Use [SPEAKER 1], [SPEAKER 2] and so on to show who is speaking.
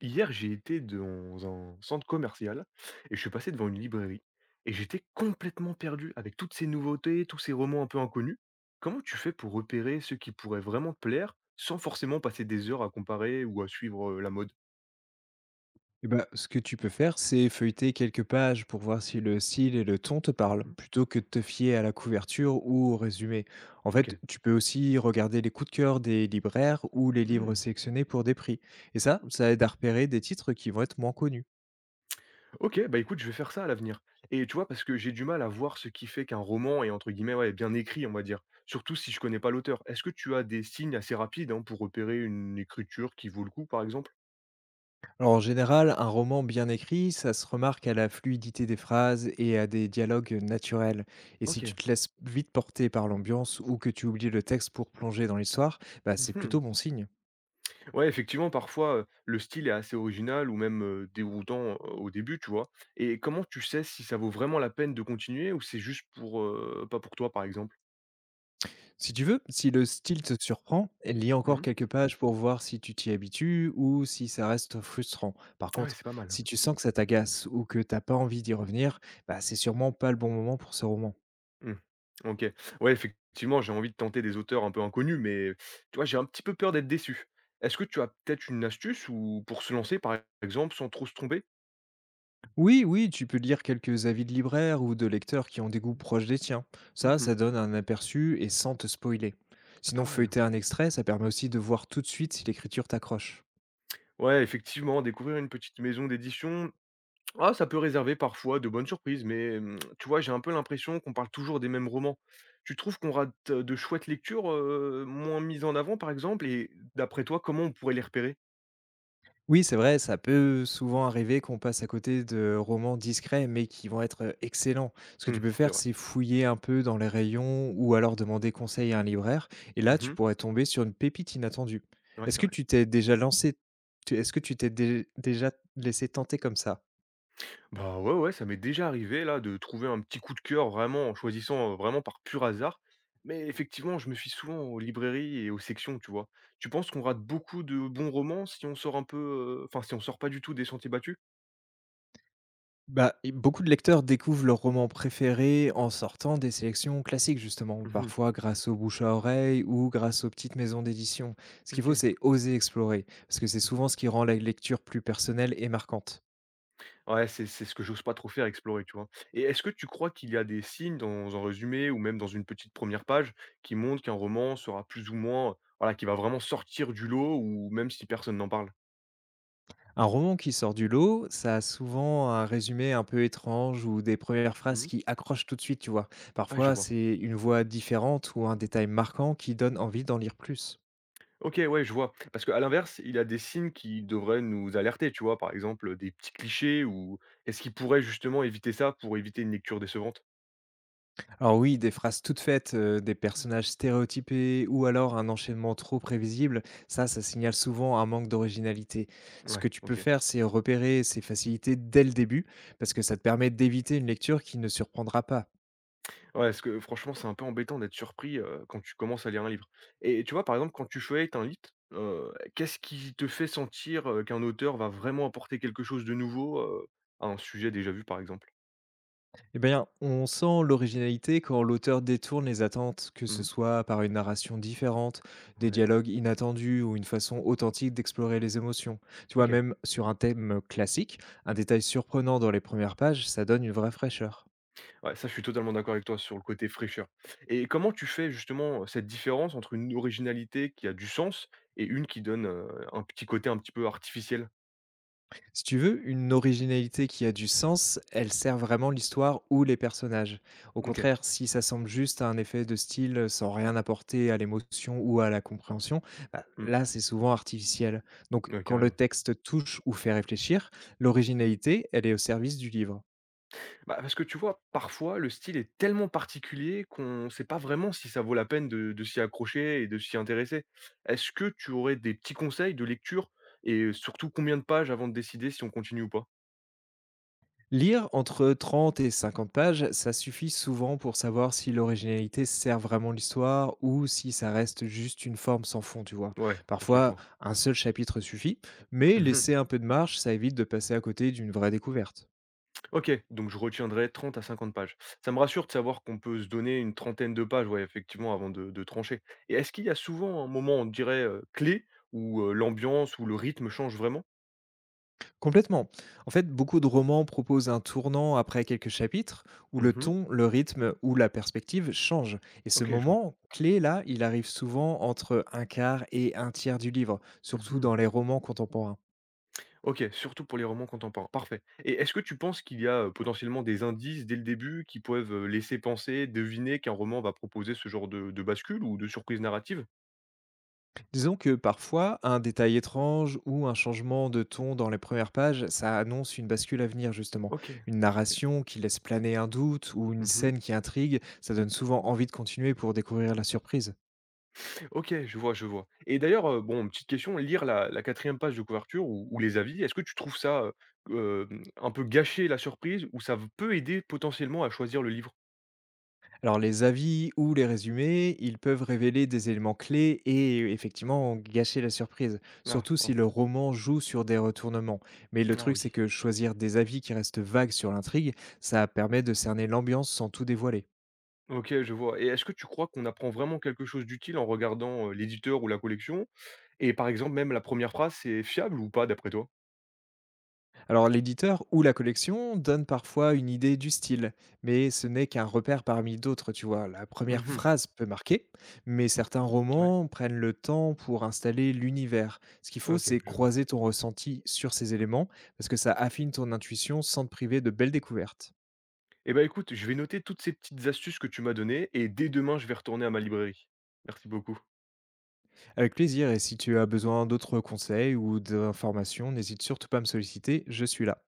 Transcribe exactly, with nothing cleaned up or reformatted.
[SPEAKER 1] Hier, j'ai été dans un centre commercial et je suis passé devant une librairie et j'étais complètement perdu avec toutes ces nouveautés, tous ces romans un peu inconnus. Comment tu fais pour repérer ceux qui pourraient vraiment te plaire sans forcément passer des heures à comparer ou à suivre euh, la mode?
[SPEAKER 2] Eh ben, ce que tu peux faire, c'est feuilleter quelques pages pour voir si le style et le ton te parlent,
[SPEAKER 1] Mhm.
[SPEAKER 2] plutôt que de te fier à la couverture ou au résumé. En
[SPEAKER 1] Ok.
[SPEAKER 2] fait, tu peux aussi regarder les coups de cœur des libraires ou les livres
[SPEAKER 1] Hmm.
[SPEAKER 2] sélectionnés pour des prix. Et ça, ça aide à repérer des titres qui vont être moins connus.
[SPEAKER 1] Ok, bah écoute, je vais faire ça à l'avenir. Et tu vois, parce que j'ai du mal à voir ce qui fait qu'un roman est entre guillemets ouais, bien écrit, on va dire. Surtout si je connais pas l'auteur. Est-ce que tu as des signes assez rapides hein, pour repérer une écriture qui vaut le coup, par exemple?
[SPEAKER 2] Alors, en général, un roman bien écrit, ça se remarque à la fluidité des phrases et à des dialogues naturels. Et si
[SPEAKER 1] Ok.
[SPEAKER 2] tu te laisses vite porter par l'ambiance ou que tu oublies le texte pour plonger dans l'histoire, bah, c'est plutôt
[SPEAKER 1] Mhm.
[SPEAKER 2] bon signe.
[SPEAKER 1] Ouais, effectivement, parfois, heu, le style est assez original ou même, heu, déroutant, heu, au début, tu vois? Et comment tu sais si ça vaut vraiment la peine de continuer ou c'est juste pour, heu, pas pour toi, par exemple?
[SPEAKER 2] Si tu veux, si le style te surprend, lis encore
[SPEAKER 1] Mmh.
[SPEAKER 2] quelques pages pour voir si tu t'y habitues ou si ça reste frustrant. Par
[SPEAKER 1] Ah ouais,
[SPEAKER 2] contre,
[SPEAKER 1] c'est pas mal.
[SPEAKER 2] si tu sens que ça t'agace ou que t'as pas envie d'y revenir, bah, c'est sûrement pas le bon moment pour ce roman.
[SPEAKER 1] Mmh. OK. Ouais, effectivement, j'ai envie de tenter des auteurs un peu inconnus, mais tu vois, j'ai un petit peu peur d'être déçu. Est-ce que tu as peut-être une astuce ou pour se lancer, par exemple, sans trop se tromper?
[SPEAKER 2] Oui, oui, tu peux lire quelques avis de libraires ou de lecteurs qui ont des goûts proches des tiens. Ça,
[SPEAKER 1] Mmh.
[SPEAKER 2] ça donne un aperçu et sans te spoiler.
[SPEAKER 1] Ah,
[SPEAKER 2] Sinon,
[SPEAKER 1] pas mal.
[SPEAKER 2] feuilleter un extrait, ça permet aussi de voir tout de suite si l'écriture t'accroche.
[SPEAKER 1] Ouais, effectivement, découvrir une petite maison d'édition. Ah, ça peut réserver parfois de bonnes surprises, mais mmh, tu vois, j'ai un peu l'impression qu'on parle toujours des mêmes romans. Tu trouves qu'on rate euh, de chouettes lectures, heu, moins mises en avant, par exemple? Et d'après toi, comment on pourrait les repérer?
[SPEAKER 2] Oui, c'est vrai, ça peut souvent arriver qu'on passe à côté de romans discrets, mais qui vont être, excellents. Ce que tu
[SPEAKER 1] Mmh,
[SPEAKER 2] peux
[SPEAKER 1] c'est
[SPEAKER 2] faire,
[SPEAKER 1] vrai.
[SPEAKER 2] c'est fouiller un peu dans les rayons ou alors demander conseil à un libraire et là, tu
[SPEAKER 1] Mmh.
[SPEAKER 2] pourrais tomber sur une pépite inattendue.
[SPEAKER 1] Ouais,
[SPEAKER 2] Est-ce
[SPEAKER 1] c'est
[SPEAKER 2] que
[SPEAKER 1] vrai.
[SPEAKER 2] tu t'es déjà lancé? Tu est-ce que tu t'es dé déjà laissé tenter comme ça?
[SPEAKER 1] Bah, ouais, ouais, ça m'est déjà arrivé là de trouver un petit coup de cœur vraiment en choisissant, heu, vraiment par pur hasard. Mais effectivement, je me fie souvent aux librairies et aux sections, tu vois? Tu penses qu'on rate beaucoup de bons romans si on sort un peu, heu, enfin si on sort pas du tout des sentiers battus?
[SPEAKER 2] Bah, et beaucoup de lecteurs découvrent leur roman préféré en sortant des sélections classiques, justement,
[SPEAKER 1] Mmh.
[SPEAKER 2] parfois grâce au bouche à oreille ou grâce aux petites maisons d'édition. Ce qu'il faut,
[SPEAKER 1] OK.
[SPEAKER 2] c'est oser explorer, parce que c'est souvent ce qui rend la lecture plus personnelle et marquante.
[SPEAKER 1] Ouais, c'est c'est ce que j'ose pas trop faire, explorer, tu vois? Et est-ce que tu crois qu'il y a des signes dans un résumé ou même dans une petite première page qui montrent qu'un roman sera plus ou moins voilà, qui va vraiment sortir du lot ou même si personne n'en parle?
[SPEAKER 2] Un roman qui sort du lot, ça a souvent un résumé un peu étrange ou des premières phrases
[SPEAKER 1] Mmh.
[SPEAKER 2] qui accrochent tout de suite, tu vois.
[SPEAKER 1] Ah, je
[SPEAKER 2] Parfois,
[SPEAKER 1] vois.
[SPEAKER 2] c'est une voix différente ou un détail marquant qui donne envie d'en lire plus.
[SPEAKER 1] OK, ouais, je vois. Parce qu'à l'inverse, il y a des signes qui devraient nous alerter, tu vois? Par exemple, des petits clichés ou est-ce qu'ils pourraient justement éviter ça pour éviter une lecture décevante?
[SPEAKER 2] Alors oui, des phrases toutes faites, heu, des personnages stéréotypés ou alors un enchaînement trop prévisible, ça, ça signale souvent un manque d'originalité. Ce
[SPEAKER 1] Ouais,
[SPEAKER 2] que tu peux
[SPEAKER 1] OK.
[SPEAKER 2] faire, c'est repérer ces facilités dès le début, parce que ça te permet d'éviter une lecture qui ne surprendra pas.
[SPEAKER 1] Ouais, parce que franchement, c'est un peu embêtant d'être surpris, heu, quand tu commences à lire un livre et tu vois, par exemple, quand tu feuillettes un litre, heu, qu'est-ce qui te fait sentir, heu, qu'un auteur va vraiment apporter quelque chose de nouveau, heu, à un sujet déjà vu, par exemple?
[SPEAKER 2] Eh bien, on sent l'originalité quand l'auteur détourne les attentes, que ce
[SPEAKER 1] Mmh.
[SPEAKER 2] soit par une narration différente, des
[SPEAKER 1] Ouais,
[SPEAKER 2] dialogues inattendus ou une façon authentique d'explorer les émotions. Tu vois,
[SPEAKER 1] OK.
[SPEAKER 2] même sur un thème classique, un détail surprenant dans les premières pages, ça donne une vraie fraîcheur.
[SPEAKER 1] Ouais, ça, je suis totalement d'accord avec toi sur le côté fraîcheur et comment tu fais justement, cette différence entre une originalité qui a du sens et une qui donne, heu, un petit côté un petit peu artificiel?
[SPEAKER 2] Si tu veux, une originalité qui a du sens, elle sert vraiment l'histoire ou les personnages. Au
[SPEAKER 1] OK.
[SPEAKER 2] contraire, si ça semble juste à un effet de style euh, sans rien apporter à l'émotion ou à la compréhension, bah,
[SPEAKER 1] Mmh.
[SPEAKER 2] là c'est souvent artificiel. Donc
[SPEAKER 1] Ouais,
[SPEAKER 2] quand le
[SPEAKER 1] carrément.
[SPEAKER 2] texte touche ou fait réfléchir, l'originalité, elle est au service du livre.
[SPEAKER 1] Bah, parce que tu vois, parfois, le style est tellement particulier qu'on ne sait pas vraiment si ça vaut la peine de, de s'y accrocher et de s'y intéresser. Est-ce que tu aurais des petits conseils de lecture et surtout combien de pages avant de décider si on continue ou pas?
[SPEAKER 2] Lire entre trente et cinquante pages, ça suffit souvent pour savoir si l'originalité sert vraiment l'histoire ou si ça reste juste une forme sans fond, tu vois.
[SPEAKER 1] Ouais, ok, je
[SPEAKER 2] Parfois,
[SPEAKER 1] vois.
[SPEAKER 2] un seul chapitre suffit, mais
[SPEAKER 1] Mhm.
[SPEAKER 2] laisser un peu de marge, ça évite de passer à côté d'une vraie découverte.
[SPEAKER 1] Ok, donc je retiendrai trente à cinquante pages. Ça me rassure de savoir qu'on peut se donner une trentaine de pages, ouais, effectivement, avant de, de trancher. Et est-ce qu'il y a souvent un moment, on dirait, euh, clé où euh, l'ambiance ou le rythme change vraiment?
[SPEAKER 2] Complètement. En fait, beaucoup de romans proposent un tournant après quelques chapitres où le
[SPEAKER 1] Mhm.
[SPEAKER 2] ton, le rythme ou la perspective changent. Et ce
[SPEAKER 1] Ok, je vois.
[SPEAKER 2] moment clé, là, il arrive souvent entre un quart et un tiers du livre, surtout dans
[SPEAKER 1] Mhm.
[SPEAKER 2] les romans contemporains.
[SPEAKER 1] OK, surtout pour les romans contemporains, parfait. Et est-ce que tu penses qu'il y a, heu, potentiellement des indices dès le début qui peuvent, heu, laisser penser, deviner qu'un roman va proposer ce genre de de bascule ou de surprise narrative?
[SPEAKER 2] Disons que parfois, un détail étrange ou un changement de ton dans les premières pages, ça annonce une bascule à venir justement.
[SPEAKER 1] OK,
[SPEAKER 2] Une
[SPEAKER 1] OK.
[SPEAKER 2] narration qui laisse planer un doute ou une
[SPEAKER 1] Mmh.
[SPEAKER 2] scène qui intrigue, ça donne souvent envie de continuer pour découvrir la surprise.
[SPEAKER 1] OK, je vois, je vois. Et d'ailleurs, heu, bon, petite question, lire la la quatrième page de couverture ou ou les avis, est-ce que tu trouves ça, heu, hem, un peu gâcher la surprise ou ça v peut aider potentiellement à choisir le livre?
[SPEAKER 2] Alors les avis ou les résumés, ils peuvent révéler des éléments clés et euh, effectivement gâcher la surprise,
[SPEAKER 1] Ah,
[SPEAKER 2] surtout si
[SPEAKER 1] oh,
[SPEAKER 2] le roman joue sur des retournements. Mais le
[SPEAKER 1] ah
[SPEAKER 2] truc
[SPEAKER 1] oui.
[SPEAKER 2] c'est que choisir des avis qui restent vagues sur l'intrigue, ça permet de cerner l'ambiance sans tout dévoiler.
[SPEAKER 1] OK, je vois. Et est-ce que tu crois qu'on apprend vraiment quelque chose d'utile en regardant, heu, l'éditeur ou la collection? Et par exemple, même la première phrase, c'est fiable ou pas d'après toi?
[SPEAKER 2] Alors l'éditeur ou la collection donne parfois une idée du style, mais ce n'est qu'un repère parmi d'autres, tu vois. La première
[SPEAKER 1] Mmh.
[SPEAKER 2] phrase peut marquer, mais certains
[SPEAKER 1] Ouais,
[SPEAKER 2] romans prennent le temps pour installer l'univers. Ce qu'il faut,
[SPEAKER 1] OK,
[SPEAKER 2] c'est
[SPEAKER 1] je vois.
[SPEAKER 2] croiser ton ressenti sur ces éléments, parce que ça affine ton intuition sans te priver de belles découvertes.
[SPEAKER 1] Eh ben écoute, je vais noter toutes ces petites astuces que tu m'as données et dès demain, je vais retourner à ma librairie. Merci beaucoup.
[SPEAKER 2] Avec plaisir, et si tu as besoin d'autres conseils ou d'informations, n'hésite surtout pas à me solliciter, je suis là.